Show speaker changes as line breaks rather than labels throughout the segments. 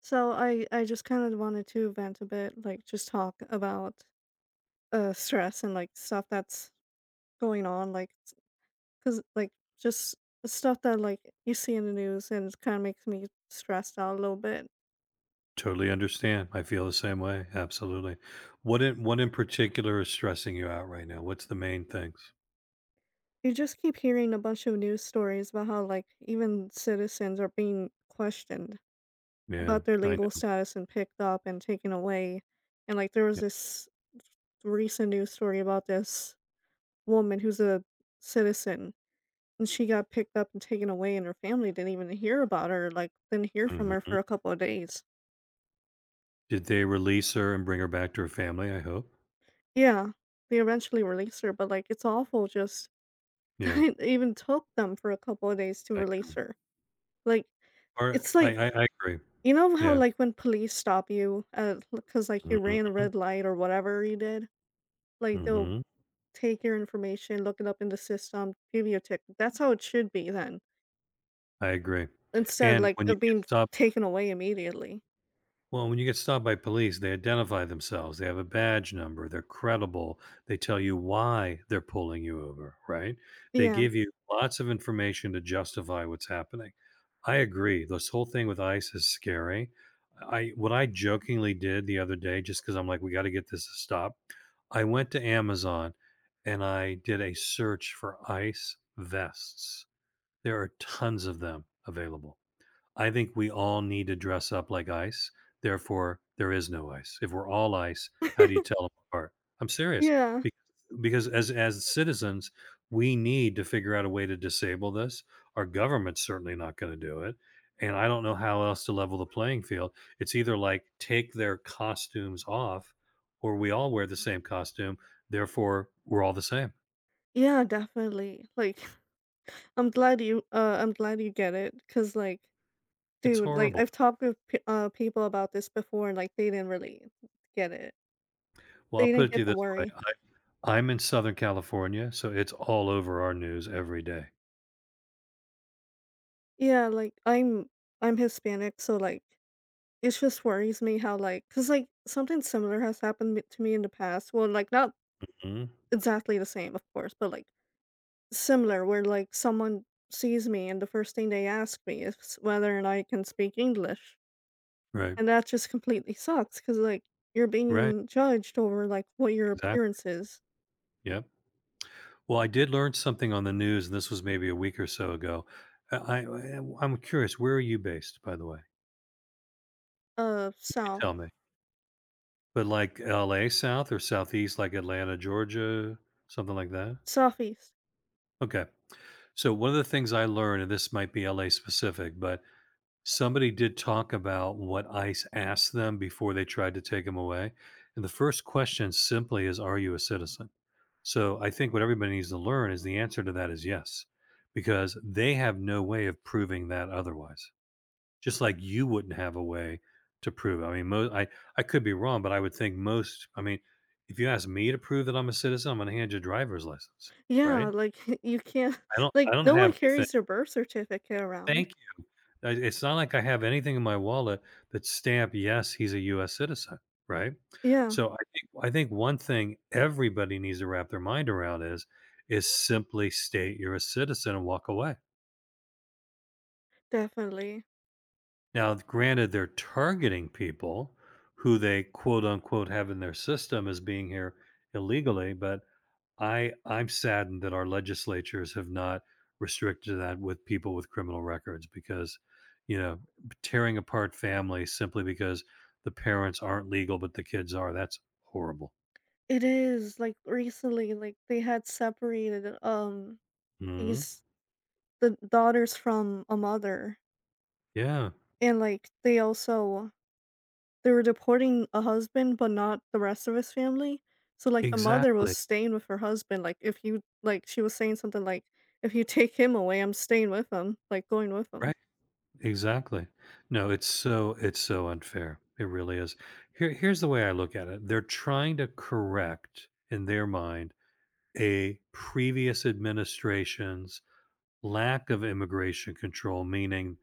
So I just kind of wanted to vent a bit, like, just talk about stress and like stuff that's going on, like, because like just stuff that like you see in the news, and it kind of makes me stressed out a little bit.
Totally understand. I feel the same way. Absolutely. What in particular is stressing you out right now? What's the main things?
You just keep hearing a bunch of news stories about how like even citizens are being questioned
Yeah,
about their
I
legal
know.
status and picked up and taken away, and like there was
Yeah.
this recent news story about this woman who's a citizen. And she got picked up and taken away, and her family didn't even hear about her, like, didn't hear from her
Mhm.
for a couple of days.
Did they release her and bring her back to her family? I hope.
Yeah, they eventually released her, but, like, it's awful just that
Yeah,
it even took them for a couple of days to
I know.
release her. Like,
Or
it's
I,
like
I, I agree.
you know how,
Yeah.
like, when police stop you, because like, you ran a
Mhm.
red light or whatever you did? Like, they'll
Mhm.
take your information, look it up in the system, give you a ticket. That's how it should be. Then,
I agree.
instead,
And
like,
when you
of being
get
taken away immediately.
Well, when you get stopped by police, they identify themselves. They have a badge number. They're credible. They tell you why they're pulling you over, right? They
Yeah.
give you lots of information to justify what's happening. I agree. This whole thing with ICE is scary. I what I jokingly did the other day, just cuz I'm like, we got to get this to stop. I went to Amazon and I did a search for ICE vests. There are tons of them available. I think we all need to dress up like ice. Therefore, there is no ice. If we're all ice, how do you tell them apart? I'm serious,
Yeah.
because as citizens, we need to figure out a way to disable this. Our government's certainly not going to do it, and I don't know how else to level the playing field. It's either like take their costumes off, or we all wear the same costume. Therefore, we're all the same.
Yeah, definitely. Like, I'm glad you get it, cause like,
It's
dude, like
horrible.
I've talked with p people about this before, and like they didn't really get it.
Well, I'll
They
put
didn't
it to you
get the
this way.
worry.
I'm in Southern California, so it's all over our news every day.
Yeah, like I'm Hispanic, so like it just worries me how, like, cause like something similar has happened to me in the past. Well, like, not
Mhm.
exactly the same, of course, but like similar, where like someone sees me and the first thing they ask me is whether or not I can speak English.
Right.
And that just completely sucks, cause like, you're
Right.
being judged over, like, what your
Exactly.
appearance is.
Yep. Well, I did learn something on the news, and this was maybe a week or so ago. I I'm curious, where are you based, by the way?
Of
You
South
tell me. But like LA South or Southeast, like Atlanta, Georgia, something like that?
Southeast.
Okay. So one of the things I learned, and this might be LA specific, but somebody did talk about what ICE asked them before they tried to take him away, and the first question simply is, "Are you a citizen?" So, I think what everybody needs to learn is the answer to that is yes, because they have no way of proving that otherwise, just like you wouldn't have a way to prove it. I mean, mo I could be wrong, but I would think most, I mean, if you ask me to prove that I'm a citizen, I'm gonna hand you a driver's license,
Yeah,
right?
like, you can't
I don't I
like,
don't
no
have
one
anything.
carries their birth certificate around.
Thank I, it's not like I have anything in my wallet that stamp yes, he's a U.S. citizen, right?
Yeah,
So I think one thing everybody needs to wrap their mind around is simply state you're a citizen and walk away.
definitely.
Now, granted, they're targeting people who they quote unquote have in their system as being here illegally, but I'm saddened that our legislatures have not restricted that with people with criminal records because, you know, tearing apart families simply because the parents aren't legal but the kids are, that's horrible.
It is, like, recently, like, they had separated,
Mhm.
these the daughters from a mother,
Yeah,
and, like, they also they were deporting a husband, but not the rest of his family. So, like, the mother was
exactly.
staying with her husband, like, if you like, she was saying something like, "If you take him away, I'm staying with him," like, going with him.
Right. Exactly. No, it's so unfair. It really is. Here's the way I look at it. They're trying to correct in their mind a previous administration's lack of immigration control, meaning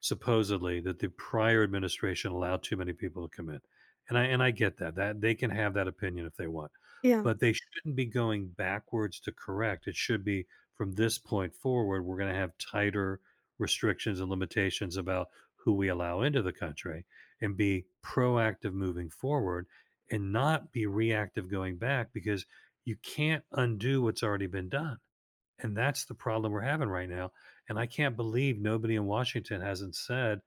supposedly that the prior administration allowed too many people to come in. And I get that. That they can have that opinion if they want.
Yeah.
But they shouldn't be going backwards to correct. It should be from this point forward, we're going to have tighter restrictions and limitations about who we allow into the country and be proactive moving forward and not be reactive going back because you can't undo what's already been done, and that's the problem we're having right now. And I can't believe nobody in Washington hasn't said,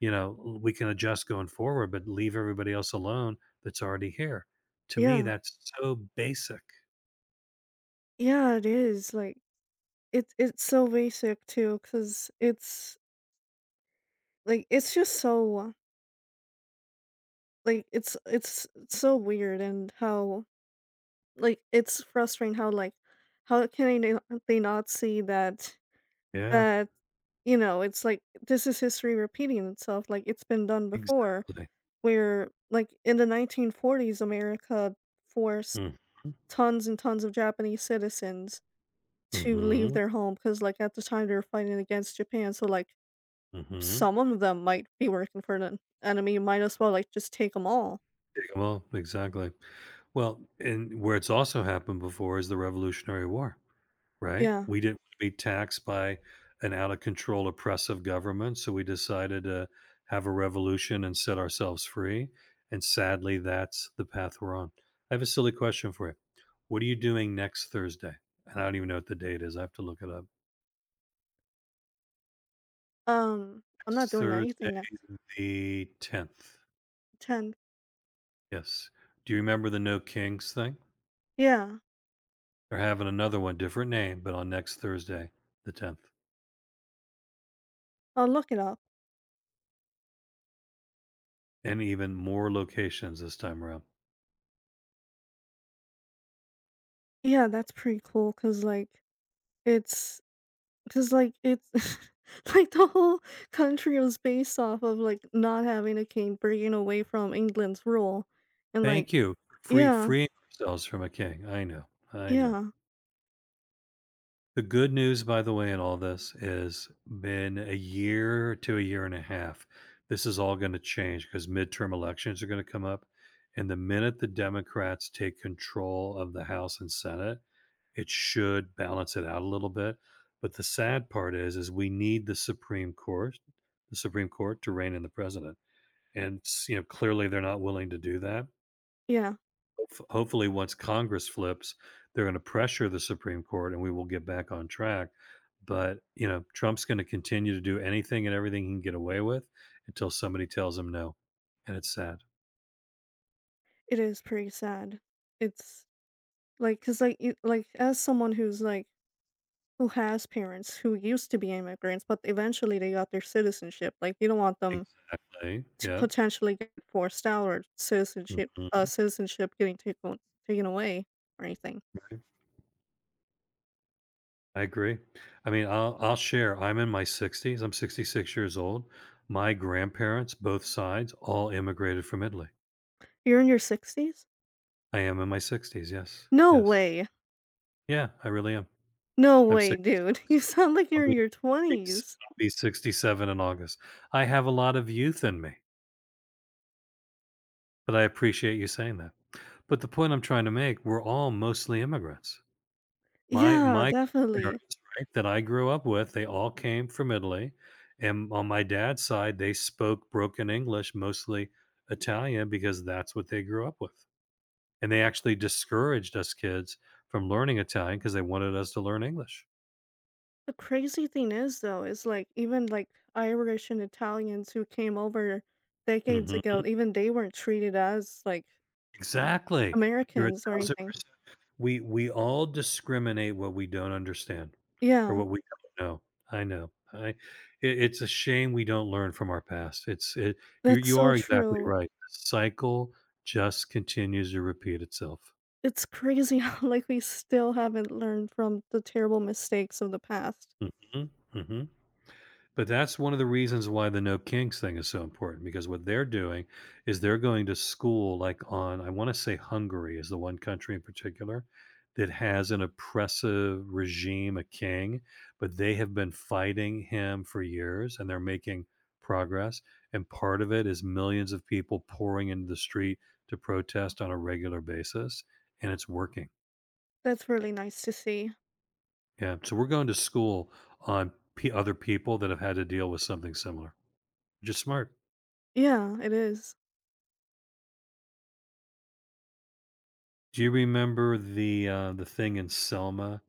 you know, we can adjust going forward, but leave everybody else alone that's already here. To me,
Yeah.
that's so basic.
Yeah, it is, like, it's so basic too, because it's, like, it's just so, like, it's so weird. And how, like, it's frustrating how, like, how can they they not see that
Yeah,
that. You know, it's like this is history repeating itself, like, it's been done before,
exactly.
where, like, in the 1940s, America forced
Mhm,
tons and tons of Japanese citizens to leave
mhm,
their home because, like, at the time, they were fighting against Japan, so, like,
mhm.
some of them might be working for the enemy, might as well, like, just take them all.
Yeah, well, exactly. Well, and where it's also happened before is the Revolutionary War. Right?
Yeah.
We didn't want to be taxed by an out of control oppressive government, so we decided to have a revolution and set ourselves free, and sadly, that's the path we're on. I have a silly question for you. What are you doing next Thursday? And I don't even know what the date is, I have to look it up.
I'm not
Next
doing anything
Thursday,
next.
the 10th.
10.
Yes. Do you remember the No Kings thing?
Yeah,
They're having another one, different name, but on next Thursday, the 10th,
I'll look it up.
and even more locations this time around.
Yeah, that's pretty cool. Cause like, it's 'cause, like, it's like, the whole country was based off of, like, not having a king, breaking away from England's rule, and, like.
Thank you.
Yeah,
Freeing ourselves from a king. I know. I know.
yeah,
The good news, by the way, in all this is been a year to a year and a half. This is all going to change because midterm elections are going to come up. And the minute the Democrats take control of the House and Senate, it should balance it out a little bit. But the sad part is, we need the Supreme Court to rein in the president. And you know, clearly they're not willing to do that.
yeah,
Hopefully, once Congress flips, they're gonna pressure the Supreme Court and we will get back on track. But, you know, Trump's gonna continue to do anything and everything he can get away with until somebody tells him no, and it's sad.
it is pretty sad. It's like 'cause, like, you like, as someone who's, like, who has parents who used to be immigrants, but eventually they got their citizenship, like, you don't want them
Exactly,
to
yeah,
potentially get forced out, or citizenship
mhm,
citizenship getting taken away or anything.
right, I agree. I mean, I'll share, I'm in my 60s, I'm 66 years old. My grandparents, both sides, all immigrated from Italy.
You're in your 60s?
I am in my 60s, yes,
No
yes.
way.
Yeah, I really am.
No
I'm
way, dude.
66.
You sound like
I'll
you're
be
in your 20s.
I'll be 67 in August. I have a lot of youth in me, but I appreciate you saying that. But the point I'm trying to make, we're all mostly immigrants. My
Yeah,
my
definitely.
grandparents, right, that I grew up with, they all came from Italy, and on my dad's side, they spoke broken English, mostly Italian, because that's what they grew up with, and they actually discouraged us kids from learning Italian because they wanted us to learn English.
The crazy thing is, though, is like even like Irish and Italians who came over decades
Mhm.
ago, even they weren't treated as like
Exactly. You're
Americans or anything.
1000%. We all discriminate what we don't understand or
Yeah,
what we don't know. I know. It's a shame we don't learn from our past. It's it You
that's
you
so
are exactly
true.
right. The cycle just continues to repeat itself.
It's crazy how like we still haven't learned from the terrible mistakes of the past.
Mhm, mhm. But that's one of the reasons why the no kings thing is so important, because what they're doing is they're going to school like on, I want to say Hungary is the one country in particular that has an oppressive regime, a king, but they have been fighting him for years and they're making progress, and part of it is millions of people pouring into the street to protest on a regular basis, and it's working.
That's really nice to see.
Yeah. So we're going to school on other people that have had to deal with something similar. Just smart.
Yeah, it is.
Do you remember the thing in Selma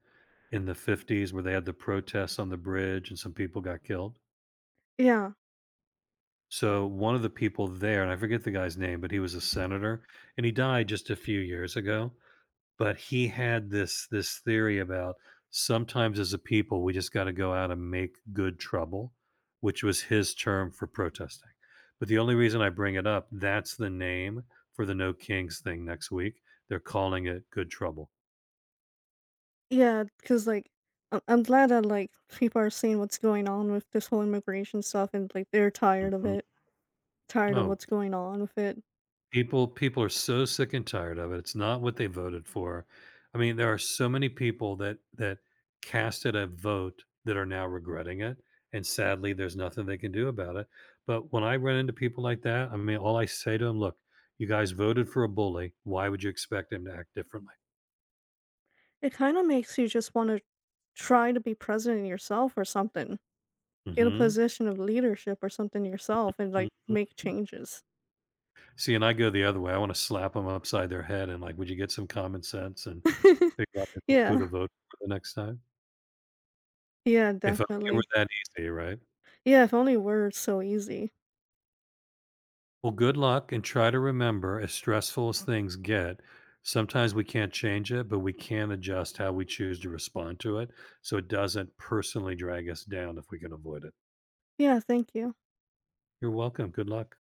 in the '50s where they had the protests on the bridge and some people got killed?
Yeah.
So one of the people there, and I forget the guy's name, but he was a senator and he died just a few years ago, but he had this theory about sometimes as a people, we just gotta go out and make good trouble, which was his term for protesting. But the only reason I bring it up, that's the name for the No Kings thing next week. They're calling it good trouble.
Yeah, because like, I'm glad that, like, people are seeing what's going on with this whole immigration stuff and, like, they're tired of
Mhm.
it, tired of
Oh,
what's going on with it.
People are so sick and tired of it. It's not what they voted for. I mean, there are so many people that casted a vote that are now regretting it, and sadly, there's nothing they can do about it. But when I run into people like that, I mean, all I say to them, "Look, you guys voted for a bully. Why would you expect him to act differently?"
It kinda makes you just wanna try to be president yourself or something. Get a
Mhm.
position of leadership or something yourself and, like,
Mhm.
make changes.
See, and I go the other way. I want to slap them upside their head and like, "Would you get some common sense and figure out who to
Yeah.
vote for the next time?"
Yeah,
If only it were
definitely.
that easy, right?
Yeah, if only it were so easy.
Well, good luck and try to remember, as stressful as things get, sometimes we can't change it, but we can adjust how we choose to respond to it so it doesn't personally drag us down if we can avoid it.
Yeah, thank you.
You're welcome. Good luck.